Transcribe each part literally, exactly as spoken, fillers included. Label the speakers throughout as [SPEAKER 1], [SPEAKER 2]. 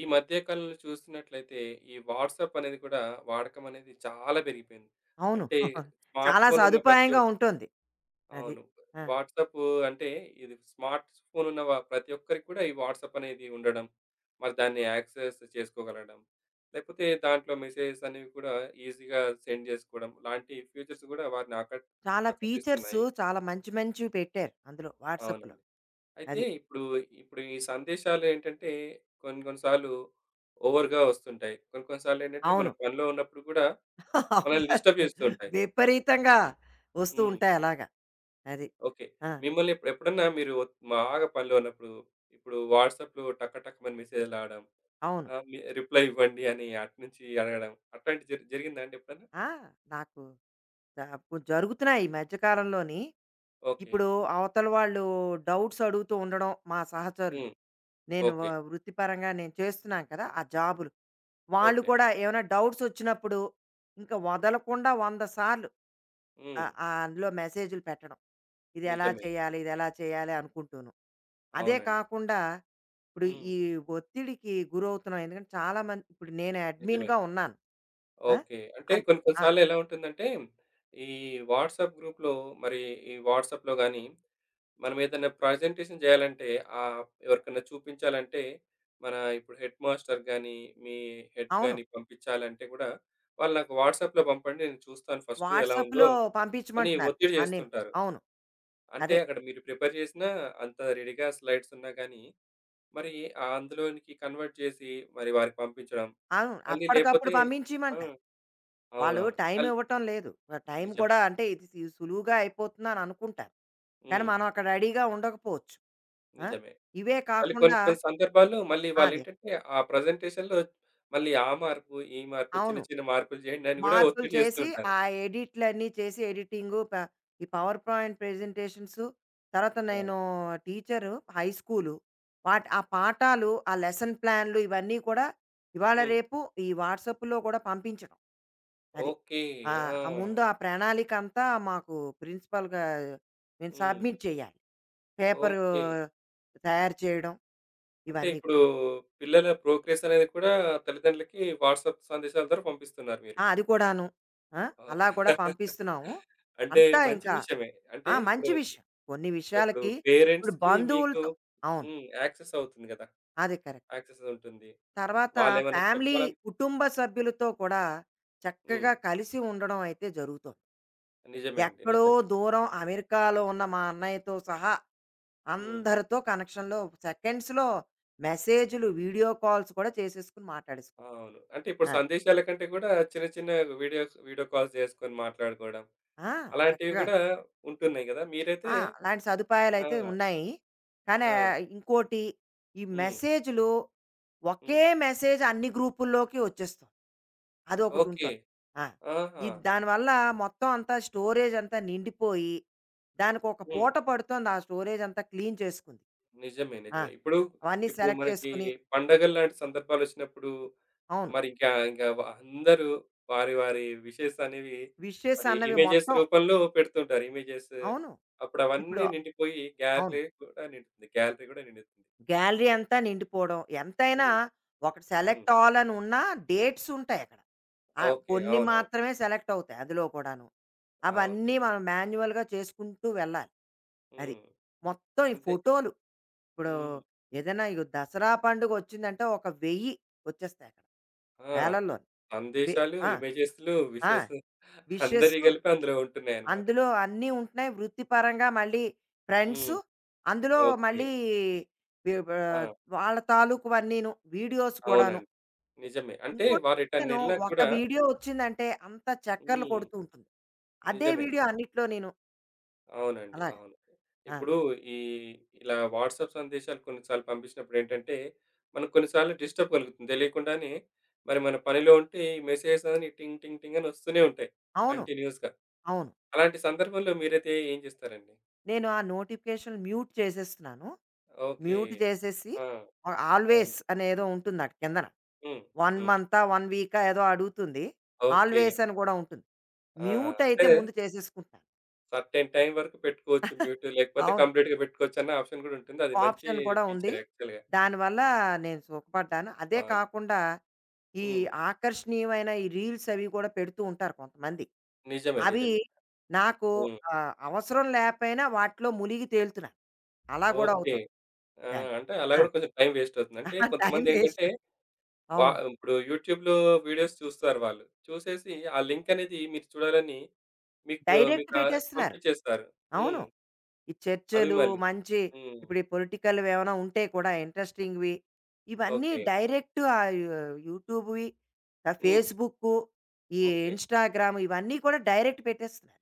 [SPEAKER 1] ఈ మధ్య కాలంలో చూస్తున్నట్లయితే ఈ వాట్సాప్ అనేది కూడా వాడకం అనేది చాలా పెరిగిపోయింది.
[SPEAKER 2] అవును.
[SPEAKER 1] అంటే స్మార్ట్
[SPEAKER 2] చాలా
[SPEAKER 1] ఫోన్ ఉన్న ప్రతి ఒ
[SPEAKER 2] సదుపాయంగా ఉంటుంది. అది.
[SPEAKER 1] అవును.
[SPEAKER 2] ఆ!
[SPEAKER 1] వాట్సాప్ అంటే ఇది స్మార్ట్ ఫోన్ ఉన్న వ ప్రతి ఒక్కరికి కూడా ఈ వాట్సాప్ అనేది ఉండడం. మరి దాన్ని యాక్సెస్ చేసుకోగలగడం. లేకపోతే దాంట్లో మెసేజెస్ అనేవి కూడా ఈజీగా సెండ్ చేసుకోవడం. లాంటి ఫీచర్స్ కూడా వారిని ఆకట్
[SPEAKER 2] చాలా ఫీచర్స్,
[SPEAKER 1] ఆకర్షిస్తున్నాయి.
[SPEAKER 2] చాలా మంచి మంచివి పెట్టారు అందులో వాట్సాప్‌లో.
[SPEAKER 1] అవునండి. అయితే
[SPEAKER 2] అది.
[SPEAKER 1] ఇప్పుడు ఇప్పుడు ఈ సందేశాలు ఏంటంటే కొన్ని కొన్ని సార్లు ఓవర్‌గా వస్తుంటాయి. కొన్ని కొన్ని సార్లు ఏంటంటే మన
[SPEAKER 2] అవును.
[SPEAKER 1] పనిలో ఉన్నప్పుడు కూడా
[SPEAKER 2] అవును,
[SPEAKER 1] మనల్ని డిస్టర్బ్
[SPEAKER 2] కరెక్టే.
[SPEAKER 1] చేస్తూ ఉంటాయి.
[SPEAKER 2] విపరీతంగా వస్తూ
[SPEAKER 1] హ్మ్.
[SPEAKER 2] ఉంటాయి అలాగా. అది.
[SPEAKER 1] ఓకే.
[SPEAKER 2] ఆ!
[SPEAKER 1] మిమ్మల్ని ఎప్ ఎప్పుడన్నా మీరు ఒత్- బాగా పనిలో ఉన్నప్పుడు ఇప్పుడు వాట్సాప్‌లో టక టకమని మెసేజ్‌లు రావడం,
[SPEAKER 2] అవును.
[SPEAKER 1] ఆహ్, మీ రిప్లై ఇవ్వండి అని అటు నుంచి అడగడం అట్లాంటిది జరి జరిగిందా అండి ఎప్పుడన్నా?
[SPEAKER 2] ఆ! నాకు నాకు జరుగుతున్నాయి ఈ మధ్య కాలంలోని.
[SPEAKER 1] ఓకే.
[SPEAKER 2] ఇప్పుడు అవతల వాళ్ళు డౌట్స్ అడుగుతూ ఉండడం మా సహచరులు.
[SPEAKER 1] హ్మ్.
[SPEAKER 2] నేను వ
[SPEAKER 1] ఓకే.
[SPEAKER 2] వృత్తిపరంగా నేను చేస్తున్నాను కదా! ఆ జాబులు. వాళ్ళు
[SPEAKER 1] ఓకే.
[SPEAKER 2] కూడా ఏమైనా డౌట్స్ వచ్చినప్పుడు, ఇంకా వదలకుండా వంద సార్లు
[SPEAKER 1] హ్మ్.
[SPEAKER 2] ఆహ్, ఆహ్, అందులో మెసేజ్‌లు పెట్టడం. ఇదెలా
[SPEAKER 1] నిజమే.
[SPEAKER 2] చేయాలి? ఇదెలా చేయాలి? అనుకుంటూను. అదే
[SPEAKER 1] అవునండి.
[SPEAKER 2] కాకుండా ఇప్పుడు
[SPEAKER 1] హ్మ్.
[SPEAKER 2] ఈ ఒత్తిడికి గురవుతున్నాం. ఎందుకంటే చాలా మంది, ఇప్పుడు నేను
[SPEAKER 1] నిజమే.
[SPEAKER 2] అడ్మిన్‌గా ఉన్నాను. ఆ!
[SPEAKER 1] ఓకే. అంటే
[SPEAKER 2] అన్
[SPEAKER 1] కొన్ని కొన్ని
[SPEAKER 2] ఆ!
[SPEAKER 1] సార్లు ఎలా ఉంటుందంటే, ఈ వాట్సాప్ గ్రూప్‌లో మరి ఈ వాట్సాప్‌లో గాని, మనం ఏదైనా ప్రజెంటేషన్ చేయాలంటే ఆహ్, ఎవరికన్నా చూపించాలంటే, మన ఇప్పుడు హెడ్ మాస్టర్ గాని, మీ హెడ్
[SPEAKER 2] అవును.
[SPEAKER 1] గాని పంపించాలంటే కూడా, వాళ్ళు నాకు వాట్సాప్‌లో పంపండి నేను చూస్తాను ఫస్ట్ ఎలా ఉందో
[SPEAKER 2] వాట్సాప్‌లో
[SPEAKER 1] అని
[SPEAKER 2] పంపించమంటున్నారు.
[SPEAKER 1] ఒత్తిడి
[SPEAKER 2] ఆ! నేను
[SPEAKER 1] చేస్తుంటారు.
[SPEAKER 2] అవును.
[SPEAKER 1] అంటే
[SPEAKER 2] అదే.
[SPEAKER 1] అక్కడ మీరు ప్రిపేర్ చేసినా అంత రెడీగా స్లైడ్స్ ఉన్నా గానీ, మరి ఆ అందులోనికి కన్వర్ట్ చేసి మరి వారికి పంపించడం.
[SPEAKER 2] అవును,
[SPEAKER 1] మళ్ళీ
[SPEAKER 2] అప్పటికప్పుడు
[SPEAKER 1] లేపోతే ఆ!
[SPEAKER 2] పంపించేయమంటారు. వాళ్ళు
[SPEAKER 1] అవునవును.
[SPEAKER 2] టైం
[SPEAKER 1] మళ్
[SPEAKER 2] ఇవ్వటం లేదు. ఆ టైం
[SPEAKER 1] నిజమే.
[SPEAKER 2] కూడా అంటే ఇది సి సులువుగా అయిపోతుందని అనుకుంటారు. కానీ
[SPEAKER 1] హ్మ్.
[SPEAKER 2] మనం అక్కడ రెడీగా ఉండకపోవచ్చు. ఆ!
[SPEAKER 1] నిజమే.
[SPEAKER 2] ఇవే
[SPEAKER 1] మళ్ళీ కొన్ని
[SPEAKER 2] కాకుండా
[SPEAKER 1] కొన్ని సందర్భాల్లో మళ్ళీ
[SPEAKER 2] అదే.
[SPEAKER 1] వాళ్ళేంటంటే ఆ ప్రెజెంటేషన్‌లో మళ్ళీ ఆ మార్పు, ఈ మార్పు చిన్న
[SPEAKER 2] అవును.
[SPEAKER 1] చిన్న మార్పులు చేయండి అని గూడా
[SPEAKER 2] మార్పులు
[SPEAKER 1] ఒత్తిడి చేస్తూ
[SPEAKER 2] చేసి,
[SPEAKER 1] ఉంటారు.
[SPEAKER 2] ఆ ఎడిట్‌లన్నీ చేసి ఎడిటింగు ప ఈ పవర్ పాయింట్ ప్రెజెంటేషన్స్ తర్వాత
[SPEAKER 1] ఆ!
[SPEAKER 2] నేను టీచరు హై స్కూలు. వాట్ ఆ పాఠాలు, ఆ లెసన్ ప్లాన్‌లు ఇవన్నీ కూడా ఇవాళ
[SPEAKER 1] హ్మ్.
[SPEAKER 2] రేపు ఈ వాట్సాప్‌లో కూడా పంపించడం. అది.
[SPEAKER 1] ఓకే.
[SPEAKER 2] ఆహ్,
[SPEAKER 1] ఆ!
[SPEAKER 2] ఆ ముందు ఆ ప్రణాళిక అంతా మాకు ప్రిన్సిపల్‌గా మేము
[SPEAKER 1] హ్మ్.
[SPEAKER 2] సబ్మిట్ చేయాలి. Paper
[SPEAKER 1] okay.
[SPEAKER 2] తయారు చేయడం
[SPEAKER 1] అంటే
[SPEAKER 2] ఇవన్నీ
[SPEAKER 1] ఇప్పుడు
[SPEAKER 2] కూడా.
[SPEAKER 1] పిల్లల ప్రోగ్రెస్ అనేది కూడా తల్లిదండ్రులకి వాట్సాప్ సందేశాల ద్వారా పంపిస్తున్నారు
[SPEAKER 2] ఆ!
[SPEAKER 1] మీరిప్పుడు.
[SPEAKER 2] అది కూడాను. ఆ!
[SPEAKER 1] ఆ!
[SPEAKER 2] అలా కూడా పంపిస్తున్నాము.
[SPEAKER 1] అంటే
[SPEAKER 2] అంతా
[SPEAKER 1] మంచి
[SPEAKER 2] ఇంకా
[SPEAKER 1] విషయమే. అంటే
[SPEAKER 2] ఆ!
[SPEAKER 1] ఇప్పుడు
[SPEAKER 2] మంచి విషయం. కొన్ని
[SPEAKER 1] ఇప్పుడు
[SPEAKER 2] విషయాలకి ఇప్పుడు
[SPEAKER 1] పేరెంట్స్‌కి మీకు
[SPEAKER 2] బంధువులతో అవును.
[SPEAKER 1] హ్మ్. యాక్సెస్ అవుతుంది గదా!
[SPEAKER 2] అది కరెక్ట్.
[SPEAKER 1] యాక్సెస్ ఉంటుంది.
[SPEAKER 2] తర్వాత
[SPEAKER 1] వాళ్ళేమన్నా
[SPEAKER 2] ఫ్యామిలీ,
[SPEAKER 1] చెప్పాలని
[SPEAKER 2] కుటుంబ సభ్యులతో కూడా
[SPEAKER 1] హ్మ్.
[SPEAKER 2] చక్కగా కలిసి ఉండడం అయితే జరుగుతోంది.
[SPEAKER 1] నిజమే అండి.
[SPEAKER 2] ఎక్కడో
[SPEAKER 1] నిజమే.
[SPEAKER 2] దూరం అమెరికాలో ఉన్న మా అన్నయ్యతో సహా
[SPEAKER 1] హ్మ్.
[SPEAKER 2] అందరితో కనెక్షన్‌లో సెకండ్స్‌లో మెసేజ్‌లు, వీడియో కాల్స్ కూడా చేసేసుకొని మాట్లాడేసుకుంటున్నాం.
[SPEAKER 1] అవును. అంటే ఇప్పుడు
[SPEAKER 2] ఆ!
[SPEAKER 1] సందేశాల కంటే కూడా చిన్న చిన్న వీడియోస్ వీడియో కాల్స్ చేసుకొని మాట్లాడుకోవడం
[SPEAKER 2] ఆ!
[SPEAKER 1] అలాంటివి
[SPEAKER 2] చక్కగా
[SPEAKER 1] కూడా ఉంటున్నాయి గదా! మీరైతే
[SPEAKER 2] ఆ! అలాంటి సదుపాయాలయితే
[SPEAKER 1] ఆ!
[SPEAKER 2] ఉన్నాయి. కానీ
[SPEAKER 1] ఆ!
[SPEAKER 2] ఆహ్, ఇంకోటి ఈ
[SPEAKER 1] హ్మ్.
[SPEAKER 2] మెసేజ్‌లు
[SPEAKER 1] హ్మ్.
[SPEAKER 2] ఒకే మెసేజ్ అన్ని గ్రూపుల్లోకి వచ్చేస్తుంది.
[SPEAKER 1] ఓకే.
[SPEAKER 2] అదొకటుంటోంది. ఆ!
[SPEAKER 1] ఆహా!
[SPEAKER 2] ఇది దానివల్ల మొత్తం అంతా స్టోరేజ్ అంతా నిండిపోయి, దానికొక
[SPEAKER 1] హ్మ్.
[SPEAKER 2] పూట పడుతోంది ఆ స్టోరేజ్ అంతా క్లీన్ చేసుకుంది.
[SPEAKER 1] నిజమే.
[SPEAKER 2] ఆ!
[SPEAKER 1] నిజమే. ఇప్పుడు
[SPEAKER 2] అవన్నీ
[SPEAKER 1] ఇప్పుడు
[SPEAKER 2] సెలెక్ట్
[SPEAKER 1] మనకి
[SPEAKER 2] చేసుకొని
[SPEAKER 1] పండగల్లాంటి సందర్భాలొచ్చినప్పుడు
[SPEAKER 2] అవును.
[SPEAKER 1] మరి ఇంకా ఇంకా వ అందరూ వారి వారి విషెస్ అనేవి
[SPEAKER 2] విషెస్
[SPEAKER 1] మరి
[SPEAKER 2] అన్నవి
[SPEAKER 1] ఇమేజెస్
[SPEAKER 2] మొత్తం
[SPEAKER 1] రూపంలో పెడుతుంటారు. ఇమేజెస్
[SPEAKER 2] అవును.
[SPEAKER 1] అప్పుడు
[SPEAKER 2] ఇప్పుడు
[SPEAKER 1] అవన్నీ నిండిపోయి
[SPEAKER 2] అవును.
[SPEAKER 1] గ్యాలరీ కూడా నిండుతుంది. గ్యాలరీ కూడా నిండుతుంది.
[SPEAKER 2] గ్యాలరీ అంతా నిండిపోవడం. ఎంతైనా
[SPEAKER 1] హ్మ్.
[SPEAKER 2] ఒకటి
[SPEAKER 1] హ్మ్.
[SPEAKER 2] సెలెక్ట్ ఆల్ అని ఉన్నా డేట్స్ ఉంటాయి అక్కడ. ఆహ్,
[SPEAKER 1] ఓకే.
[SPEAKER 2] కొన్ని
[SPEAKER 1] అవునవును.
[SPEAKER 2] మాత్రమే సెలెక్ట్ అవుతాయి అందులో కూడాను.
[SPEAKER 1] అవును.
[SPEAKER 2] అవన్నీ
[SPEAKER 1] నిజమే.
[SPEAKER 2] మనం మాన్యువల్‌గా చేసుకుంటూ వెళ్ళాలి. అది.
[SPEAKER 1] హ్మ్.
[SPEAKER 2] మొత్తం ఈ
[SPEAKER 1] అంటే
[SPEAKER 2] ఫోటోలు ఇప్పుడు
[SPEAKER 1] హ్మ్.
[SPEAKER 2] ఏదైనా ఇగో దసరా పండుగ వచ్చిందంటే ఒక వెయ్యి వచ్చేస్తాయి అక్కడ.
[SPEAKER 1] ఆ!
[SPEAKER 2] వేలల్లోని. వె
[SPEAKER 1] సందేశాలు,
[SPEAKER 2] ఆ!
[SPEAKER 1] ఇమేజెస్‌లు,
[SPEAKER 2] ఆ!
[SPEAKER 1] విషెస్
[SPEAKER 2] విషెస్
[SPEAKER 1] అందరియి కలిపి అందులో ఉంటున్నాయన్నమాట.
[SPEAKER 2] అందులో అన్నీ ఉంటున్నాయి. వృత్తిపరంగా మళ్ళీ ఫ్రెండ్సు,
[SPEAKER 1] హ్మ్.
[SPEAKER 2] అందులో
[SPEAKER 1] ఓకే.
[SPEAKER 2] మళ్ళీ వి
[SPEAKER 1] ఆ!
[SPEAKER 2] ఆహ్, వాళ్ళ తాలూకువన్నీను. వీడియోస్ కూడాను.
[SPEAKER 1] అవునండి. నిజమే. అంటే
[SPEAKER 2] ఇంకోటి చూసాను,
[SPEAKER 1] వారెటన్నెళ్ళినా
[SPEAKER 2] ఒక
[SPEAKER 1] కూడా
[SPEAKER 2] వీడియో వచ్చిందంటే అంత చక్కర్లు
[SPEAKER 1] హ్మ్.
[SPEAKER 2] కొడుతూ ఉంటుంది. అదే
[SPEAKER 1] నిజమే.
[SPEAKER 2] వీడియో అన్నిట్లో నేను
[SPEAKER 1] అవునండి.
[SPEAKER 2] అలాగా.
[SPEAKER 1] అవును.
[SPEAKER 2] ఆ!
[SPEAKER 1] ఇప్పుడు ఈ ఇలా వాట్సాప్ సందేశాలు కొన్నిసార్లు పంపించినప్పుడు ఏంటంటే, మనకు కొన్నిసార్లు డిస్టర్బ్ కలుగుతుంది. తెలియకుండానే మరి మన పనిలో ఉంటే ఈ మెసేజెస్ అని టింగ్ టింగ్ టింగ్ అని వస్తూనే ఉంటాయి.
[SPEAKER 2] అవును.
[SPEAKER 1] కంటిన్యూయస్‌గా.
[SPEAKER 2] అవును.
[SPEAKER 1] అలాంటి సందర్భంలో మీరైతే ఏం చేస్తారండి?
[SPEAKER 2] నేను ఆ నోటిఫికేషన్ మ్యూట్ చేసేస్తున్నాను.
[SPEAKER 1] ఓకే.
[SPEAKER 2] మ్యూట్ చేసేసి
[SPEAKER 1] ఆ!
[SPEAKER 2] ఆహ్,
[SPEAKER 1] అవును.
[SPEAKER 2] ఆల్వేస్ అనేదో ఉంటుంది అక్కడ కిందన.
[SPEAKER 1] హ్మ్.
[SPEAKER 2] వన్
[SPEAKER 1] హ్మ్.
[SPEAKER 2] మంతా, వన్ వీకా ఏదో అడుగుతుంది.
[SPEAKER 1] ఓకే.
[SPEAKER 2] ఆల్వేస్ అని కూడా ఉంటుంది.
[SPEAKER 1] ఆ!
[SPEAKER 2] మ్యూట్ అయితే
[SPEAKER 1] అంటే
[SPEAKER 2] ముందు చేసేసుకుంటా.
[SPEAKER 1] సర్టెన్ టైమ్ వరకు పెట్టుకోవచ్చు మ్యూట్. లేకపోతే
[SPEAKER 2] అవును.
[SPEAKER 1] కంప్లీట్‌గా పెట్టుకోవచ్చన్న ఆప్షన్ కూడా ఉంటుంది. అది మంచి
[SPEAKER 2] ఆప్షన్ కూడా ఉంది.
[SPEAKER 1] ఫీచర్ యాక్చువల్‌గా.
[SPEAKER 2] దానివల్ల నేను సుఖపడ్డాను. అదే
[SPEAKER 1] అవును.
[SPEAKER 2] కాకుండా ఈ
[SPEAKER 1] హ్మ్.
[SPEAKER 2] ఆకర్షణీయమైన ఈ రీల్స్ అవి కూడా పెడుతూ ఉంటారు కొంతమంది.
[SPEAKER 1] నిజమే.
[SPEAKER 2] అవి
[SPEAKER 1] నిజమే.
[SPEAKER 2] నాకు
[SPEAKER 1] హ్మ్.
[SPEAKER 2] ఆహ్, అవసరం లేకపోయినా వాటిలో మునిగి తేలుతున్నాను. అలా గూడా
[SPEAKER 1] ఓకే.
[SPEAKER 2] అవుతుంది.
[SPEAKER 1] ఆ!
[SPEAKER 2] దాన్ని.
[SPEAKER 1] అంటే అలా
[SPEAKER 2] ఆ!
[SPEAKER 1] గూడా కొంచెం టైం వేస్ట్ అవుతుంది. అంటే
[SPEAKER 2] టైమ్ వేస్ట్.
[SPEAKER 1] కొంతమందేంటంటే వా
[SPEAKER 2] అవును.
[SPEAKER 1] ఇప్పుడు యూట్యూబ్‌లో వీడియోస్ చూస్తారు వాళ్ళు. చూసేసి ఆ లింక్ అనేది మీరు చూడాలని మీకు
[SPEAKER 2] డైరెక్ట్
[SPEAKER 1] మీకు ఆహ్,
[SPEAKER 2] పెట్టేస్తున్నారు.
[SPEAKER 1] పంపించేస్తారు.
[SPEAKER 2] అవును.
[SPEAKER 1] హ్మ్.
[SPEAKER 2] ఈ
[SPEAKER 1] అవి
[SPEAKER 2] చర్చలు
[SPEAKER 1] మళ్ళీ.
[SPEAKER 2] మంచి
[SPEAKER 1] హ్మ్.
[SPEAKER 2] ఇప్పుడు ఈ పొలిటికల్‌వి ఏమైనా ఉంటే కూడా ఇంట్రెస్టింగ్‌వి ఇవన్నీ
[SPEAKER 1] ఓకే.
[SPEAKER 2] డైరెక్ట్ ఆ యూ యూట్యూబ్‌వి, ఆ
[SPEAKER 1] హ్మ్.
[SPEAKER 2] ఫేస్‌బుక్కు, ఈ
[SPEAKER 1] ఓకే.
[SPEAKER 2] ఇన్‌స్టాగ్రామ్ ఇవన్నీ కూడా డైరెక్ట్ పెట్టేస్తున్నారు.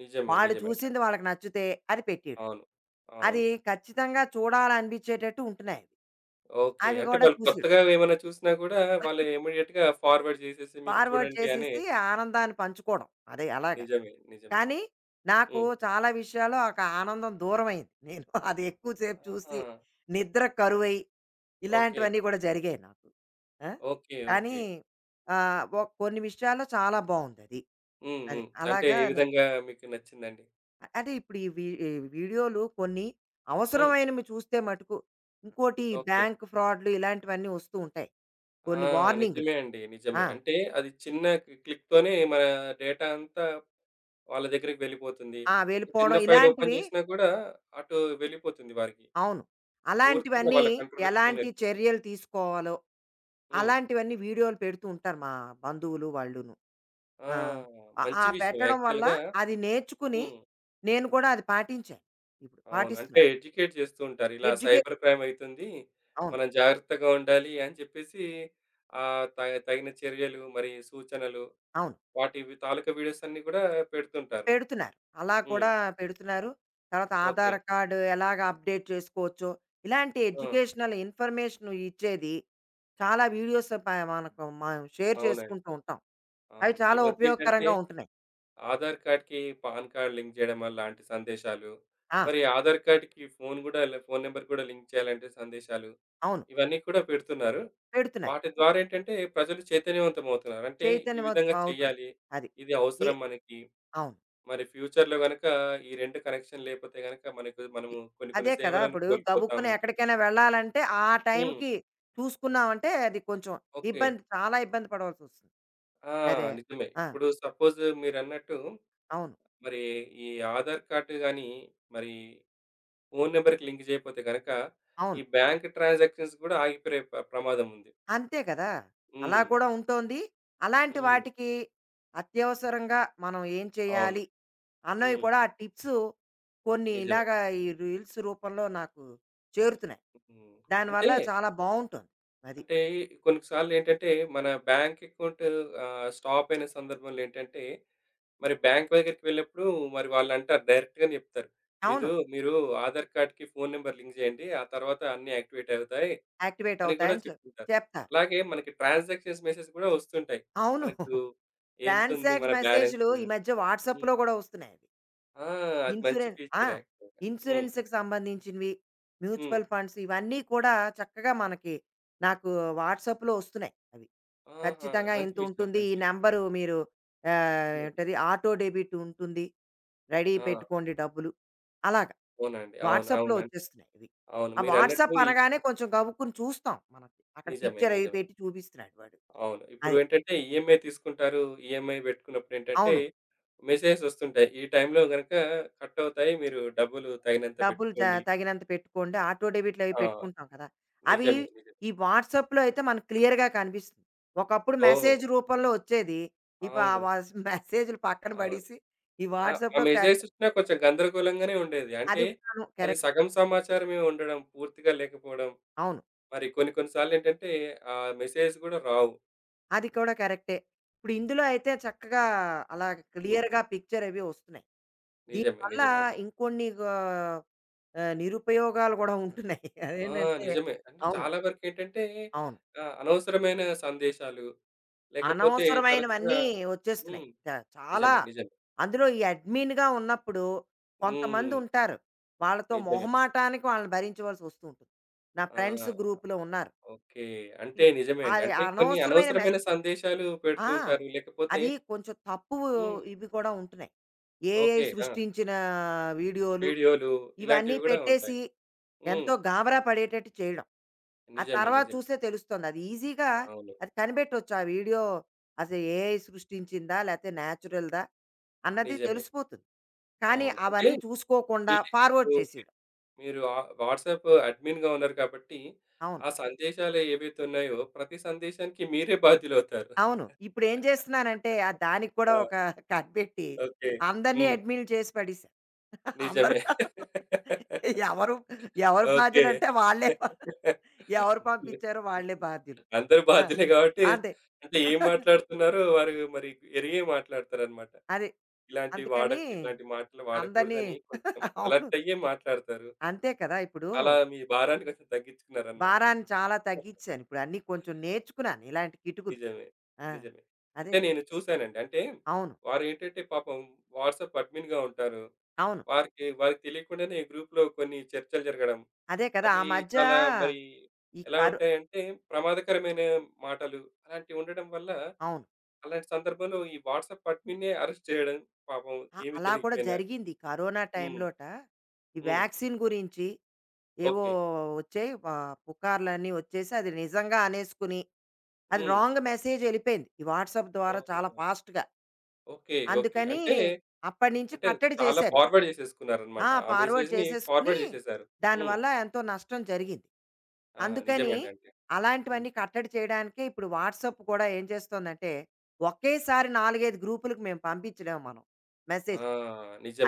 [SPEAKER 1] నిజమే.
[SPEAKER 2] వాళ్ళు
[SPEAKER 1] నిజమే
[SPEAKER 2] చూసింది
[SPEAKER 1] అండి.
[SPEAKER 2] వాళ్ళకి నచ్చితే అది పెట్టేయడం.
[SPEAKER 1] అవును.
[SPEAKER 2] అది
[SPEAKER 1] అవును.
[SPEAKER 2] ఖచ్చితంగా చూడాలనిపించేటట్టు ఉంటున్నాయి. అవి
[SPEAKER 1] ఓకే.
[SPEAKER 2] అవి
[SPEAKER 1] అంటే
[SPEAKER 2] కూడా
[SPEAKER 1] వాళ్ళు
[SPEAKER 2] చూసి
[SPEAKER 1] కొత్తగా ఏమైనా చూసినా గూడా వాళ్ళు ఇమ్మీడియేట్‌గా ఫార్వర్డ్ చేసేసి మీకు
[SPEAKER 2] ఫార్వర్డ్
[SPEAKER 1] చూడండి అని
[SPEAKER 2] చేసేసి ఆనందాన్ని పంచుకోవడం. అదే అలాగా.
[SPEAKER 1] నిజమే. నిజమే.
[SPEAKER 2] కానీ నాకు
[SPEAKER 1] హ్మ్.
[SPEAKER 2] చాలా విషయాల్లో ఒక ఆనందం దూరమైంది. నేను అది ఎక్కువ సేపు చూసి
[SPEAKER 1] ఆహా!
[SPEAKER 2] నిద్ర కరువై
[SPEAKER 1] ఓకే.
[SPEAKER 2] ఇలాంటివన్నీ కూడా జరిగాయి నాకు. ఆ!
[SPEAKER 1] ఓకే.
[SPEAKER 2] కానీ
[SPEAKER 1] ఓకే.
[SPEAKER 2] ఆహ్, ఒ కొన్ని విషయాల్లో చాలా బావుందది. అది.
[SPEAKER 1] హ్మ్.
[SPEAKER 2] అది
[SPEAKER 1] హ్మ్. అంటే
[SPEAKER 2] అలాగా
[SPEAKER 1] ఏ
[SPEAKER 2] నేను
[SPEAKER 1] విధంగా మీకు నచ్చిందండి?
[SPEAKER 2] అ- అంటే ఇప్పుడు ఈ వీ ఈ వీడియోలు కొన్ని
[SPEAKER 1] హ్మ్.
[SPEAKER 2] అవసరమైనవి చూస్తే మటుకు ఇంకోటి ఈ
[SPEAKER 1] ఓకే.
[SPEAKER 2] బ్యాంక్ ఫ్రాడ్‌లు ఇలాంటివన్నీ వస్తూ ఉంటాయి.
[SPEAKER 1] ఆ!
[SPEAKER 2] కొన్ని వార్నింగ్‌లు.
[SPEAKER 1] నిజమే అండి. నిజమే.
[SPEAKER 2] ఆ!
[SPEAKER 1] అంటే అది చిన్న క్లి క్లిక్‌తోనే మన డేటా అంతా వాళ్ళ దగ్గరికి వెళ్ళిపోతుంది.
[SPEAKER 2] ఆ!
[SPEAKER 1] ఒక చిన్న
[SPEAKER 2] వెళ్ళిపోవడం
[SPEAKER 1] ఫైల్ ఓపెన్
[SPEAKER 2] ఇలాంటివి
[SPEAKER 1] చేసినా కూడా అటు వెళ్ళిపోతుంది వారికి.
[SPEAKER 2] అవును.
[SPEAKER 1] పూర్తిగా
[SPEAKER 2] అలాంటివన్నీ
[SPEAKER 1] వాళ్ళ కంట్రోల్‌లోకి ఫోన్
[SPEAKER 2] ఎలాంటి
[SPEAKER 1] ఎళ్ళిపోతుంది.
[SPEAKER 2] చర్యలు తీసుకోవాలో,
[SPEAKER 1] హ్మ్.
[SPEAKER 2] అలాంటివన్నీ వీడియోలు పెడుతూ ఉంటారు మా బంధువులు వాళ్ళును.
[SPEAKER 1] ఆ!
[SPEAKER 2] ఆ! ఆ ఆ
[SPEAKER 1] మంచి విషయం
[SPEAKER 2] పెట్టడం వల్ల
[SPEAKER 1] యాక్చువల్‌గా
[SPEAKER 2] అది నేర్చుకుని,
[SPEAKER 1] హ్మ్.
[SPEAKER 2] నేను కూడా అది పాటించాను. ఇప్పుడు
[SPEAKER 1] అవును. అంటే
[SPEAKER 2] పాటిస్తున్నాను.
[SPEAKER 1] ఎడ్యుకేట్ చేస్తూ ఉంటారు. ఇలా
[SPEAKER 2] ఎడ్యుకే
[SPEAKER 1] సైబర్ క్రైమ్ అయితుంది.
[SPEAKER 2] అవును.
[SPEAKER 1] మనం జాగ్రత్తగా ఉండాలి అని చెప్పేసి ఆహ్, త తగిన చర్యలు మరి సూచనలు
[SPEAKER 2] అవును.
[SPEAKER 1] వాటి వి తాలూకా వీడియోస్ అన్నీ కూడా పెడుతుంటారు.
[SPEAKER 2] పెడుతున్నారు. అలా
[SPEAKER 1] హ్మ్.
[SPEAKER 2] కూడా పెడుతున్నారు. తర్వాత
[SPEAKER 1] ఓకే.
[SPEAKER 2] ఆధార్ కార్డ్ ఎలాగ అప్‌డేట్ చేసుకోవచ్చో, ఇలాంటి
[SPEAKER 1] ఆ!
[SPEAKER 2] ఎడ్యుకేషనల్ ఇన్ఫర్మేషన్ ఇచ్చేది చాలా వీడియోస్ ప మనకు మనం షేర్
[SPEAKER 1] అవునండి.
[SPEAKER 2] చేసుకుంటూ ఉంటాం. అవి
[SPEAKER 1] అవును. ఈ
[SPEAKER 2] చాలా
[SPEAKER 1] మధ్యేంటంటే
[SPEAKER 2] ఉపయోగకరంగా ఉంటున్నాయి.
[SPEAKER 1] ఆధార్ కార్డ్‌కి పాన్ కార్డ్ లింక్ జేయడం అలాంటి సందేశాలు,
[SPEAKER 2] ఆ!
[SPEAKER 1] మరి ఆధార్ కార్డ్‌కి ఫోను గూడా ల ఫోను నంబర్ కూడా లింక్ చేయాలంటే సందేశాలు,
[SPEAKER 2] అవును.
[SPEAKER 1] ఇవన్నీ కూడా పెడుతున్నారు.
[SPEAKER 2] పెడుతున్నారు.
[SPEAKER 1] వాటి ద్వారా ఏంటంటే ప్రజలు చైతన్యవంతమవుతున్నారు. అంటే ఈ
[SPEAKER 2] చైతన్యం
[SPEAKER 1] విధంగా
[SPEAKER 2] అవుతున్నాం.
[SPEAKER 1] చేయాలి.
[SPEAKER 2] అది.
[SPEAKER 1] ఇది
[SPEAKER 2] ఏ
[SPEAKER 1] అవసరం మనకి.
[SPEAKER 2] అవును.
[SPEAKER 1] మరి ఫ్యూచర్‌లో గనక ఈ రెండు కనెక్షన్ లేపోతే గనక మనకు
[SPEAKER 2] ఎ
[SPEAKER 1] మనము కొన్ని కొన్ని
[SPEAKER 2] అదే కదా!
[SPEAKER 1] సేవలను
[SPEAKER 2] ఇప్పుడు గబుక్కున
[SPEAKER 1] కోల్పోతాము.
[SPEAKER 2] ఎక్కడికైనా వెళ్ళాలంటే ఆ
[SPEAKER 1] హ్మ్.
[SPEAKER 2] టైంకి చూసుకున్నామంటే అది కొంచెం
[SPEAKER 1] ఓకే.
[SPEAKER 2] ఇబ్బంది చాలా ఇబ్బంది పడవలసొస్తుంది.
[SPEAKER 1] ఆ!
[SPEAKER 2] అదే.
[SPEAKER 1] నిజమే.
[SPEAKER 2] ఆ!
[SPEAKER 1] ఇప్పుడు సపోజ్ మీరన్నట్టు
[SPEAKER 2] అవును.
[SPEAKER 1] మరి ఈ ఆధార్ కార్డ్ గాని, మరి ఫోను నంబర్‌కి లింక్ చేయకపోతే గనక, ఈ
[SPEAKER 2] అవును.
[SPEAKER 1] బ్యాంక్ ట్రాన్సాక్షన్స్ గూడా ఆగిపోయే ప్ర ప్రమాదం ఉంది.
[SPEAKER 2] అంతే కదా! అలా
[SPEAKER 1] హ్మ్.
[SPEAKER 2] కూడా ఉంటోంది. అలాంటి
[SPEAKER 1] హ్మ్.
[SPEAKER 2] వాటికి అత్యవసరంగా మనం ఏం
[SPEAKER 1] అవును.
[SPEAKER 2] చేయాలి అన్నవి
[SPEAKER 1] హ్మ్.
[SPEAKER 2] కూడా ఆ టిప్స్ కొన్ని
[SPEAKER 1] నిజమే.
[SPEAKER 2] ఇలాగా ఈ రీల్స్ రూపంలో నాకు చేరుతున్నాయి.
[SPEAKER 1] హ్మ్. అంటే,
[SPEAKER 2] దానివల్ల చాలా బావుంటుంది. అది.
[SPEAKER 1] అంటే కొన్ని సార్లేంటంటే, మన బ్యాంక్ అకౌంట్ ఆహ్, స్టాప్ అయిన సందర్భంలో ఏంటంటే, మరి బ్యాంక్ దగ్గరికి వెళ్ళినప్పుడు మరి వాళ్ళంటారు డైరెక్ట్‌గానే చెప్తారు. మీదు
[SPEAKER 2] అవును.
[SPEAKER 1] మీరు ఆధార్ కార్డ్‌కి ఫోను నంబర్ లింక్ చేయండి. ఆ తర్వాత అన్నీ యాక్టివేట్ అవుతాయి.
[SPEAKER 2] యాక్టివేట్
[SPEAKER 1] అని గూడా
[SPEAKER 2] అవుతాయని చెప్
[SPEAKER 1] చెప్తుంటారు.
[SPEAKER 2] చెప్తారు.
[SPEAKER 1] అలాగే మనకి ట్రాన్సాక్షన్స్ మెసేజ్ గూడా వస్తుంటాయి.
[SPEAKER 2] అవును.
[SPEAKER 1] మనకు ఎంతుంది
[SPEAKER 2] ట్రాన్సాక్ట్
[SPEAKER 1] మన బ్యాలెన్స్?
[SPEAKER 2] మెసేజ్‌లు ఈ మధ్య
[SPEAKER 1] హ్మ్.
[SPEAKER 2] వాట్సాప్‌లో గూడా వస్తున్నాయి అవి.
[SPEAKER 1] ఆ! అది మంచి
[SPEAKER 2] ఇన్స్యూరెన్స్ ఆ!
[SPEAKER 1] ఫీచరే యాక్చువల్‌గా. హ్మ్.
[SPEAKER 2] ఇన్స్యూరెన్స్‌కి సంబంధించినవి,
[SPEAKER 1] హ్మ్.
[SPEAKER 2] మ్యూచువల్ ఫండ్స్ ఇవన్నీ కూడా చక్కగా మనకి నాకు వాట్సాప్‌లో వస్తున్నాయి అవి.
[SPEAKER 1] ఆహా!
[SPEAKER 2] ఖచ్చితంగా
[SPEAKER 1] మంచి విషయం.
[SPEAKER 2] ఇంతుంటుంది.
[SPEAKER 1] మంచి
[SPEAKER 2] ఈ
[SPEAKER 1] విషయం.
[SPEAKER 2] నంబరు మీరు ఆహ్,
[SPEAKER 1] హ్మ్.
[SPEAKER 2] ఏంటది ఆటో డెబిట్ ఉంటుంది. రెడీ
[SPEAKER 1] ఆ!
[SPEAKER 2] పెట్టుకోండి డబ్బులు. అలాగా
[SPEAKER 1] అవునండి. అవును.
[SPEAKER 2] వాట్సాప్‌లో
[SPEAKER 1] అవునండి.
[SPEAKER 2] వచ్చేస్తున్నాయి ఇవి.
[SPEAKER 1] అవును.
[SPEAKER 2] ఆ
[SPEAKER 1] మీరన్నట్టు
[SPEAKER 2] వాట్సాప్
[SPEAKER 1] ఈ
[SPEAKER 2] అనగానే కొంచెం గబుక్కుని చూస్తాం మనం. అక్కడ
[SPEAKER 1] నిజమే.
[SPEAKER 2] పిక్చర్ అవి
[SPEAKER 1] నిజమే.
[SPEAKER 2] పెట్టి చూపిస్తున్నాడు వాడు.
[SPEAKER 1] అవును. ఇప్పుడు
[SPEAKER 2] అది.
[SPEAKER 1] ఏంటంటే ఈఎంఐ తీసుకుంటారు. ఈఎంఐ పెట్టుకున్నప్పుడేంటంటే
[SPEAKER 2] అవును.
[SPEAKER 1] మెసేజెస్ వస్తుంటాయి. ఈ టైంలో గనక కట్ అవుతాయి. మీరు డబ్బులు తగినంత
[SPEAKER 2] డబ్బులు త
[SPEAKER 1] పెట్టుకోండి.
[SPEAKER 2] తగినంత పెట్టుకోండి. ఆటో డెబిట్‌లవి
[SPEAKER 1] ఆ!
[SPEAKER 2] పెట్టుకుంటాం కదా! అవి
[SPEAKER 1] నిజమే. నిజమే.
[SPEAKER 2] ఈ వాట్సాప్‌లో అయితే మనకు క్లియర్‌గా కనిపిస్తుంది. ఒకప్పుడు
[SPEAKER 1] ఓహ్!
[SPEAKER 2] మెసేజ్ రూపంలో వచ్చేది. ఇప్పుడు ఆ
[SPEAKER 1] అవును.
[SPEAKER 2] వాస్ మెసేజ్‌లు పక్కన
[SPEAKER 1] అవును.
[SPEAKER 2] పడేసి ఈ
[SPEAKER 1] ఆ! ఆ
[SPEAKER 2] వాట్సాప్‌లో
[SPEAKER 1] మెసేజెస్
[SPEAKER 2] కరెక్ట్.
[SPEAKER 1] వచ్చినా కొంచెం గందరగోళంగానే ఉండేది. అంటే
[SPEAKER 2] అది కూడాను
[SPEAKER 1] అది
[SPEAKER 2] కరెక్ట్.
[SPEAKER 1] సగం సమాచారమే ఉండడం, పూర్తిగా లేకపోవడం.
[SPEAKER 2] అవును.
[SPEAKER 1] మరి కొన్ని కొన్ని సార్లేంటంటే ఆ మెసేజెస్ గూడా రావు.
[SPEAKER 2] అది కూడా కరెక్టే. ఇప్పుడు ఇందులో అయితే చక్కగా అలా
[SPEAKER 1] హ్మ్.
[SPEAKER 2] క్లియర్‌గా పిక్చర్ అవి వస్తున్నాయి.
[SPEAKER 1] నిజమే.
[SPEAKER 2] దీనివల్ల
[SPEAKER 1] నిజమే అండి.
[SPEAKER 2] ఇంకొన్ని గ ఆహ్, నిరుపయోగాలు గూడా ఉంటున్నాయి.
[SPEAKER 1] ఆ!
[SPEAKER 2] అదేంటంటే
[SPEAKER 1] నిజమే. అంటే
[SPEAKER 2] అవును.
[SPEAKER 1] చాలా వరకేంటంటే
[SPEAKER 2] అవును.
[SPEAKER 1] ఆహ్, అనవసరమైన సందేశాలు లేకపోతే తరచుగా
[SPEAKER 2] అనవసరమైనవన్నీ వచ్చేస్తున్నాయి.
[SPEAKER 1] హ్మ్.
[SPEAKER 2] చ చాలా
[SPEAKER 1] నిజమే. నిజమే.
[SPEAKER 2] అందులో ఈ అడ్మిన్‌గా ఉన్నప్పుడు కొంతమంది
[SPEAKER 1] హ్మ్.
[SPEAKER 2] ఉంటారు. వాళ్ళతో
[SPEAKER 1] నిజమే.
[SPEAKER 2] మొహమాటానికి వాళ్ళని భరించవలసి వస్తూ ఉంటుంది. నా
[SPEAKER 1] ఆ!
[SPEAKER 2] ఫ్రెండ్స్ గ్రూప్‌లో ఉన్నారు.
[SPEAKER 1] ఓకే. అంటే
[SPEAKER 2] హ్మ్.
[SPEAKER 1] నిజమే అండి.
[SPEAKER 2] అది
[SPEAKER 1] అంటే కొన్ని
[SPEAKER 2] అనవసరమైన
[SPEAKER 1] అనవసరమైన
[SPEAKER 2] మెసే
[SPEAKER 1] సందేశాలు పెడుతూ
[SPEAKER 2] ఆ!
[SPEAKER 1] ఉంటారు. లేకపోతే
[SPEAKER 2] అది కొంచెం తప్పు,
[SPEAKER 1] హ్మ్.
[SPEAKER 2] ఇవి కూడా ఉంటున్నాయి. AI
[SPEAKER 1] okay. ఆ!
[SPEAKER 2] సృష్టించిన వీడియోలు
[SPEAKER 1] వీడియోలు
[SPEAKER 2] ఇవన్నీ
[SPEAKER 1] ఇలాంటివి గూడా
[SPEAKER 2] పెట్టేసి
[SPEAKER 1] ఉంటాయి. హ్మ్.
[SPEAKER 2] ఎంతో గాబరా పడేటట్టు చేయడం. ఆ
[SPEAKER 1] నిజమే.
[SPEAKER 2] తర్వాత
[SPEAKER 1] నిజమే.
[SPEAKER 2] చూస్తే తెలుస్తుంది. అది ఈజీగా
[SPEAKER 1] అవును.
[SPEAKER 2] అది కనిపెట్టొచ్చు. ఆ వీడియో అసలు ఏఐ సృష్టించిందా? లేతే నేచురల్‌దా? అన్నది
[SPEAKER 1] నిజమే.
[SPEAKER 2] తెలిసిపోతుంది. కానీ
[SPEAKER 1] అవును. అంటే
[SPEAKER 2] అవన్నీ చూసుకోకుండా ఫార్వర్డ్
[SPEAKER 1] వీళ్ళు
[SPEAKER 2] చేసేయడం.
[SPEAKER 1] మీరు ఆ వాట్సాప్ అడ్మిన్‌గా ఉన్నారు కాబట్టి,
[SPEAKER 2] అవును.
[SPEAKER 1] ఆ సందేశాలు ఏవైతే ఉన్నాయో ప్రతి సందేశానికి మీరే బాధ్యులవుతారు.
[SPEAKER 2] అవును. ఇప్పుడేం చేస్తున్నానంటే ఆహ్, దానికి కూడా
[SPEAKER 1] ఆ!
[SPEAKER 2] ఒక కనిపెట్టి
[SPEAKER 1] ఓకే.
[SPEAKER 2] అందరిని
[SPEAKER 1] హ్మ్.
[SPEAKER 2] అడ్మిన్‌లు చేసి పడేసా. అందరూ
[SPEAKER 1] నిజమే.
[SPEAKER 2] ఎవరు, ఎవరు
[SPEAKER 1] ఓకే.
[SPEAKER 2] బాధ్యులంటే వాళ్ళే ఎవరు పంపించారో వాళ్ళే బాధ్యులు.
[SPEAKER 1] అందరూ
[SPEAKER 2] ఆ!
[SPEAKER 1] బాధ్యులే గాబట్టి
[SPEAKER 2] అంతే.
[SPEAKER 1] అంటే ఏం మాట్లాడుతున్నారో వారు మరి ఎరిగే మాట్లాడతారన్నమాట.
[SPEAKER 2] అదే.
[SPEAKER 1] ఇలాంటివి
[SPEAKER 2] అందుకని
[SPEAKER 1] వాడక ఇట్లాంటి మాటలు
[SPEAKER 2] అందరిని
[SPEAKER 1] వాడకూడదని కొంచెం
[SPEAKER 2] అవును.
[SPEAKER 1] అలర్ట్ అయ్యే మాట్లాడతారు.
[SPEAKER 2] అంతే కదా! ఇప్పుడు
[SPEAKER 1] అలా మీ భారాన్ని కొంచెం తగ్గించుకున్నారనమాట.
[SPEAKER 2] భారాన్ని చాలా తగ్గిచ్చాను. ఇప్పుడు అన్నీ కొంచెం నేర్చుకున్నాను ఇలాంటి కిటుకులు.
[SPEAKER 1] నిజమే.
[SPEAKER 2] ఆ!
[SPEAKER 1] నిజమే.
[SPEAKER 2] అదే
[SPEAKER 1] అంటే నేను
[SPEAKER 2] ఇప్పుడు
[SPEAKER 1] చూసానండి. అంటే
[SPEAKER 2] అవును.
[SPEAKER 1] వారేంటంటే పాపం వాట్సాప్ అడ్మిన్‌గా ఉంటారు.
[SPEAKER 2] అవును.
[SPEAKER 1] వారికి వారికి తెలియకుండానే గ్రూప్‌లో కొన్ని చర్చలు జరగడం.
[SPEAKER 2] అదే కదా! ఆ
[SPEAKER 1] అవి
[SPEAKER 2] మధ్య
[SPEAKER 1] చాలా మరి
[SPEAKER 2] ఈ
[SPEAKER 1] ఎలా
[SPEAKER 2] కరో
[SPEAKER 1] ఉంటాయంటే ప్రమాదకరమైన మాటలు అలాంటివి ఉండడం వల్ల
[SPEAKER 2] అవును.
[SPEAKER 1] అలాంటి సందర్భంలో ఈ వాట్సాప్ అడ్మిన్‌నే అరెస్ట్ చేయడం పాపం
[SPEAKER 2] ఆ!
[SPEAKER 1] ఏమి
[SPEAKER 2] అలా కూడా
[SPEAKER 1] తెలియకపోయినా.
[SPEAKER 2] జరిగింది. ఈ కరోనా
[SPEAKER 1] హ్మ్.
[SPEAKER 2] టైంలోట ఈ
[SPEAKER 1] హ్మ్.
[SPEAKER 2] వ్యాక్సిన్ గురించి ఏవో
[SPEAKER 1] ఓకే.
[SPEAKER 2] వచ్చాయి. వా పుకార్లన్నీ వచ్చేసి అది నిజంగా అనేసుకుని, అది
[SPEAKER 1] హ్మ్.
[SPEAKER 2] రాంగ్ మెసేజ్ ఎళ్ళిపోయింది. ఈ వాట్సాప్ ద్వారా చాలా
[SPEAKER 1] ఓహ్!
[SPEAKER 2] ఫాస్ట్‌గా.
[SPEAKER 1] ఓకే. ఓకే.
[SPEAKER 2] అందుకని
[SPEAKER 1] అంటే,
[SPEAKER 2] అప్పటినుంచి
[SPEAKER 1] అంటే
[SPEAKER 2] కట్టడి
[SPEAKER 1] చాలా
[SPEAKER 2] చేశారు.
[SPEAKER 1] ఫార్వర్డ్ చేసేసుకున్నారనమాట.
[SPEAKER 2] ఆ!
[SPEAKER 1] ఆ
[SPEAKER 2] ఫార్వర్డ్
[SPEAKER 1] మెసేజ్‌ని
[SPEAKER 2] చేసేసుకుని,
[SPEAKER 1] ఫార్వర్డ్ చేసేసారు. హ్మ్.
[SPEAKER 2] దానివల్ల ఎంతో నష్టం జరిగింది.
[SPEAKER 1] ఆ!
[SPEAKER 2] అందుకని
[SPEAKER 1] నిజమేనండి. అంటే. హ్మ్.
[SPEAKER 2] అలాంటివన్నీ కట్టడి చేయడానికే ఇప్పుడు వాట్సాప్ కూడా ఏం చేస్తోందంటే, ఒకేసారి నాలుగు, ఐదు గ్రూపులకి మేము పంపించలేము మనం
[SPEAKER 1] ఆ!
[SPEAKER 2] మెసేజ్.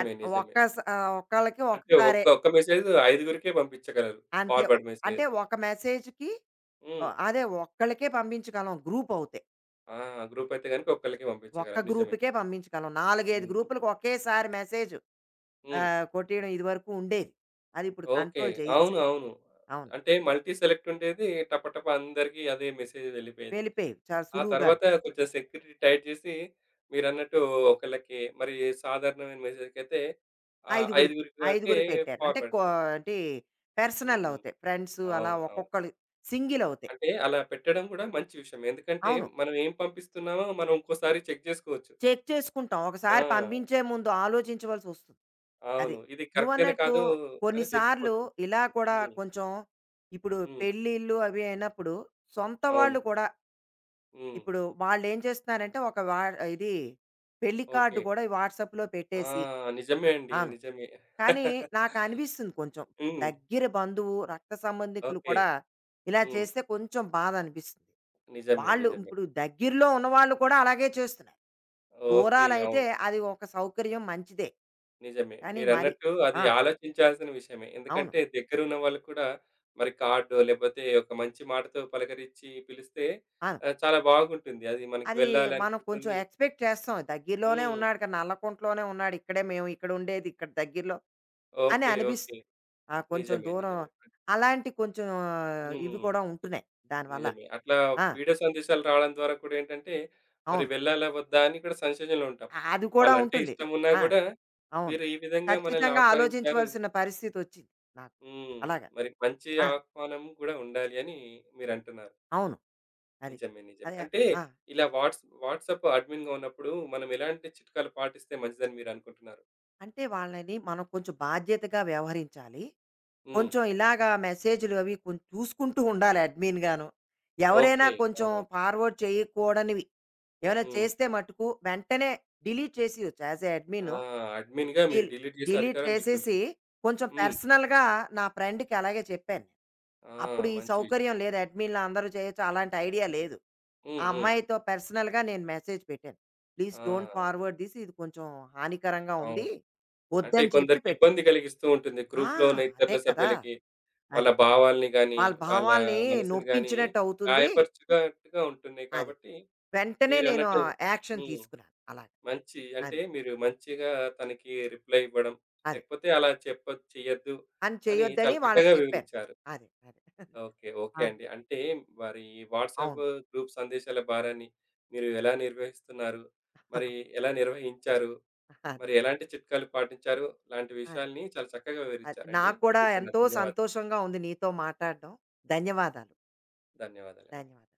[SPEAKER 2] అది ఒక్క
[SPEAKER 1] నిజమే.
[SPEAKER 2] స ఆహ్, ఒకళ్ళకి
[SPEAKER 1] అంటే
[SPEAKER 2] ఒకసారే
[SPEAKER 1] ఒక్క ఒక్క మెసేజ్ ఐదుగురికే పంపించగలరు.
[SPEAKER 2] అంతే. ఒ
[SPEAKER 1] ఫార్వర్డ్
[SPEAKER 2] అంటే
[SPEAKER 1] మెసేజ్.
[SPEAKER 2] ఒక మెసేజ్‌కి
[SPEAKER 1] హ్మ్.
[SPEAKER 2] ఆహ్, అదే ఒక్కళ్ళకే పంపించగలం గ్రూప్ అవుతే.
[SPEAKER 1] ఆ! గ్రూప్ అయితే గనుక ఒక్కళ్ళకే
[SPEAKER 2] ఒక్క
[SPEAKER 1] పంపించగలం. నిజమే.
[SPEAKER 2] గ్రూప్‌కే పంపించగలం. నాలుగు, ఐదు
[SPEAKER 1] హ్మ్.
[SPEAKER 2] గ్రూపులకి ఒకేసారి మెసేజ్
[SPEAKER 1] హ్మ్.
[SPEAKER 2] ఆహ్, కొట్టేయడం ఇదివరకు ఉండేది. అది ఇప్పుడు
[SPEAKER 1] ఓకే.
[SPEAKER 2] కంట్రోల్ చేయిసా
[SPEAKER 1] అవును. అవును.
[SPEAKER 2] అవును.
[SPEAKER 1] అంటే మల్టీ సెలెక్ట్ ఉండేది. టపటపా అందరికీ అదే మెసేజ్ వెళ్ళిపోయేది.
[SPEAKER 2] వెళ్ళిపోయేవి చాలా
[SPEAKER 1] ఆ
[SPEAKER 2] సులువుగాను.
[SPEAKER 1] తర్వాత కొంచెం సెక్యూరిటీ టైట్ చేసి మీరన్నట్టు ఒకళ్ళకి మరి సాధారణమైన మెసేజ్‌కైతే ఆహ్,
[SPEAKER 2] ఐదుగురికి.
[SPEAKER 1] ఐదుగురికి వరకే
[SPEAKER 2] ఐదుగురు పెట్టారు. అంటే కో
[SPEAKER 1] ఫార్వర్డ్‌కి.
[SPEAKER 2] అంటే పర్సనల్
[SPEAKER 1] హ్మ్.
[SPEAKER 2] అవుతాయి. ఫ్రెండ్స్ అలా
[SPEAKER 1] అవును. అవును.
[SPEAKER 2] ఒక్కొక్కళ్ళు సింగిల్ అవుతాయి.
[SPEAKER 1] అంటే అలా పెట్టడం కూడా మంచి విషయం. ఎందుకంటే
[SPEAKER 2] అవును.
[SPEAKER 1] మనం ఏం పంపిస్తున్నామో మనం ఇంకోసారి చెక్ చేసుకోవచ్చు.
[SPEAKER 2] చెక్ చేసుకుంటాం. ఒకసారి
[SPEAKER 1] ఆ!
[SPEAKER 2] పంపించే ముందు ఆలోచించవలసొస్తుంది. అది.
[SPEAKER 1] అవును. ఇది కరెక్టేనా
[SPEAKER 2] నువ్వన్నట్టు
[SPEAKER 1] కాదో అని
[SPEAKER 2] కొన్నిసార్లు
[SPEAKER 1] తెలిసిపోతుంది.
[SPEAKER 2] ఇలా కూడా
[SPEAKER 1] హ్మ్.
[SPEAKER 2] కొంచెం ఇప్పుడు
[SPEAKER 1] హ్మ్.
[SPEAKER 2] పెళ్ళిళ్ళు అవి అయినప్పుడు సొంత
[SPEAKER 1] అవును.
[SPEAKER 2] వాళ్ళు కూడా
[SPEAKER 1] హ్మ్.
[SPEAKER 2] ఇప్పుడు వాళ్ళేం చేస్తున్నారంటే ఒక వా ఇది పెళ్లి కార్డ్
[SPEAKER 1] ఓకే.
[SPEAKER 2] కూడా ఈ వాట్సాప్‌లో
[SPEAKER 1] ఆ!
[SPEAKER 2] పెట్టేసి
[SPEAKER 1] నిజమే అండి.
[SPEAKER 2] అవును.
[SPEAKER 1] నిజమే.
[SPEAKER 2] కానీ నాకనిపిస్తుంది కొంచెం. ఇప్పుడు
[SPEAKER 1] హ్మ్.
[SPEAKER 2] దగ్గర బంధువు, రక్త సంబంధికులు
[SPEAKER 1] ఓకే.
[SPEAKER 2] కూడా ఇలా
[SPEAKER 1] హ్మ్.
[SPEAKER 2] చేస్తే కొంచెం బాధనిపిస్తుంది.
[SPEAKER 1] నిజమే.
[SPEAKER 2] వాళ్ళు
[SPEAKER 1] నిజమే.
[SPEAKER 2] ఇప్పుడు దగ్గరలో ఉన్నవాళ్ళు కూడా అలాగే చేస్తున్నారు.
[SPEAKER 1] ఓకే.
[SPEAKER 2] దూరాలైతే
[SPEAKER 1] అవును.
[SPEAKER 2] అది ఒక సౌకర్యం మంచిదే.
[SPEAKER 1] నిజమే.
[SPEAKER 2] కానీ మరి
[SPEAKER 1] మీరన్నట్టు అది
[SPEAKER 2] ఆ!
[SPEAKER 1] ఆలోచించాల్సిన విషయమే.
[SPEAKER 2] అవును.
[SPEAKER 1] ఎందుకంటే దగ్గరున్న వాళ్ళు కూడా మరి కార్డో లేకపోతే ఒక మంచి మాటతో పలకరించి పిలిస్తే
[SPEAKER 2] ఆ!
[SPEAKER 1] ఆహ్, చాలా బాగుంటుంది. అది మనకి
[SPEAKER 2] అది మనం కొంచెం
[SPEAKER 1] వెళ్ళాలనిపిస్తుంది.
[SPEAKER 2] ఎక్స్‌పెక్ట్ చేస్తాం. దగ్గరలోనే
[SPEAKER 1] హ్మ్.
[SPEAKER 2] ఉన్నాడు కదా! నల్లకుంటలోనే ఉన్నాడు. ఇక్కడే మేము ఇక్కడుండేది ఇక్కడ దగ్గరలో అని
[SPEAKER 1] ఓకే. ఓకే.
[SPEAKER 2] అనిపిస్తుంది. ఆ! కొంచెం
[SPEAKER 1] నిజమే.
[SPEAKER 2] దూరం
[SPEAKER 1] నిజమే.
[SPEAKER 2] అలాంటి కొంచెం ఆ, ఇవి
[SPEAKER 1] హ్మ్.
[SPEAKER 2] కూడా ఉంటున్నాయి దానివల్ల.
[SPEAKER 1] నిజమే. అట్లా
[SPEAKER 2] ఆ!
[SPEAKER 1] వీడియో సందేశాలు రావడం ద్వారా కూడా ఏంటంటే మరి
[SPEAKER 2] అవును.
[SPEAKER 1] వెళ్ళాలా? వద్దా? అని కూడా సంశయంలో ఉంటాం.
[SPEAKER 2] అ అది కూడా
[SPEAKER 1] వాళ్ళంటే
[SPEAKER 2] ఉంటుంది.
[SPEAKER 1] ఇష్టమున్నా
[SPEAKER 2] ఆ!
[SPEAKER 1] గూడా
[SPEAKER 2] అవును.
[SPEAKER 1] వీరు ఈ విధంగా మనల్ని
[SPEAKER 2] ఖచ్చితంగా
[SPEAKER 1] ఆహ్వానించారు.
[SPEAKER 2] ఆలోచించవలసిన పరిస్థితొచ్చింది నాకు.
[SPEAKER 1] హ్మ్.
[SPEAKER 2] అలాగా.
[SPEAKER 1] మరి మంచి
[SPEAKER 2] ఆ!
[SPEAKER 1] ఆహ్వానం గూడా ఉండాలి అని మీరంటున్నారు.
[SPEAKER 2] అవును. అది.
[SPEAKER 1] నిజమే. నిజమే.
[SPEAKER 2] అదే
[SPEAKER 1] అంటే
[SPEAKER 2] ఆ!
[SPEAKER 1] ఇలా వాట్స్ వాట్సాప్ అడ్మిన్‌గా ఉన్నప్పుడు మనం ఎలాంటి చిట్కాలు పాటిస్తే మంచిదని మీరనుకుంటున్నారు?
[SPEAKER 2] అంటే వాళ్ళని మనం కొంచెం బాధ్యతగా వ్యవహరించాలి.
[SPEAKER 1] హ్మ్.
[SPEAKER 2] కొంచెం ఇలాగా మెసేజ్‌లు అవి కొంచెం చూసుకుంటూ ఉండాలి అడ్మిన్ గాను. ఎవరైనా
[SPEAKER 1] ఓకే.
[SPEAKER 2] కొంచెం
[SPEAKER 1] అవునవును.
[SPEAKER 2] ఫార్వర్డ్ చేయకూడనివి ఏమైనా
[SPEAKER 1] హ్మ్.
[SPEAKER 2] చేస్తే మట్టుకు వెంటనే డిలీట్ చేసేయొచ్చు. యాజ్ ఎ
[SPEAKER 1] ఆ!
[SPEAKER 2] అడ్మిన్
[SPEAKER 1] అడ్మిన్‌గా మీరు
[SPEAKER 2] డిల్
[SPEAKER 1] డిలీట్ చేసే
[SPEAKER 2] డిలీట్
[SPEAKER 1] అధికారం
[SPEAKER 2] చేసేసి
[SPEAKER 1] మీకుంటుంది.
[SPEAKER 2] కొంచెం
[SPEAKER 1] హ్మ్.
[SPEAKER 2] పర్సనల్‌గా నా ఫ్రెండ్‌కి అలాగే చెప్పాను.
[SPEAKER 1] ఆ!
[SPEAKER 2] అప్పుడు ఈ
[SPEAKER 1] మంచి విషయం.
[SPEAKER 2] సౌకర్యం లేదు అడ్మిన్‌లో అందరూ చేయొచ్చు అలాంటి ఐడియా లేదు. ఆ
[SPEAKER 1] హ్మ్. హ్మ్.
[SPEAKER 2] అమ్మాయితో పర్సనల్‌గా నేను మెసేజ్ పెట్టాను. ప్లీజ్
[SPEAKER 1] ఆ!
[SPEAKER 2] డోంట్ ఫార్వర్డ్ దిస్, ఇది కొంచెం హానికరంగా ఉంది.
[SPEAKER 1] అవును. అంటే
[SPEAKER 2] వద్దని చెప్పి
[SPEAKER 1] కొందరికి
[SPEAKER 2] పెట్టాను.
[SPEAKER 1] ఇబ్బంది కలిగిస్తూ ఉంటుంది.
[SPEAKER 2] ఆ!
[SPEAKER 1] గ్రూప్‌లో ఉన్న
[SPEAKER 2] అదే
[SPEAKER 1] ఇతరుల
[SPEAKER 2] కదా!
[SPEAKER 1] సభ్యులకి వాళ్ళ
[SPEAKER 2] అది.
[SPEAKER 1] భావాల్ని గానీ,
[SPEAKER 2] వాళ్ళ
[SPEAKER 1] వాళ్ళ
[SPEAKER 2] భావాల్ని
[SPEAKER 1] మనసుని గానీ
[SPEAKER 2] నొప్పించినట్టు అవుతుంది.
[SPEAKER 1] గాయపరచునట్టుగా ఉంటున్నాయి
[SPEAKER 2] అది.
[SPEAKER 1] కాబట్టి
[SPEAKER 2] వెంటనే నేను
[SPEAKER 1] మీరన్నట్టు
[SPEAKER 2] యాక్షన్
[SPEAKER 1] హ్మ్.
[SPEAKER 2] తీసుకున్నాను. అలాగా.
[SPEAKER 1] మంచి అంటే
[SPEAKER 2] అది.
[SPEAKER 1] మీరు మంచిగా తనకి రిప్లై ఇవ్వడం.
[SPEAKER 2] అది.
[SPEAKER 1] లేకపోతే అలా చెప్ప చెయ్యొద్దు
[SPEAKER 2] అని
[SPEAKER 1] అని
[SPEAKER 2] చేయొద్దని
[SPEAKER 1] చాలా
[SPEAKER 2] వాళ్ళకి
[SPEAKER 1] చక్కగా
[SPEAKER 2] చెప్పాను.
[SPEAKER 1] వివరిచ్చారు.
[SPEAKER 2] అదే. అదే.
[SPEAKER 1] ఓకే. ఓకే
[SPEAKER 2] ఆ!
[SPEAKER 1] అండి. అంటే మరి వాట్సాప్
[SPEAKER 2] అవును.
[SPEAKER 1] గ్రూప్ సందేశాల భారాన్ని మీరు ఎలా నిర్వహిస్తున్నారు? మరి ఎలా నిర్వహించారు?
[SPEAKER 2] అదే.
[SPEAKER 1] మరి ఎలాంటి చిట్కాలు పాటించారు? లాంటి
[SPEAKER 2] అదే.
[SPEAKER 1] విషయాల్ని చాలా చక్కగా
[SPEAKER 2] అది.
[SPEAKER 1] వివరిచ్చారండి.
[SPEAKER 2] నాకు కూడా
[SPEAKER 1] మీకు నా
[SPEAKER 2] ఎంతో
[SPEAKER 1] ధన్యవాదాలు.
[SPEAKER 2] సంతోషంగా ఉంది నీతో మాట్లాడడం. ధన్యవాదాలు.
[SPEAKER 1] ధన్యవాదాలండి.
[SPEAKER 2] ధన్యవాదాలు.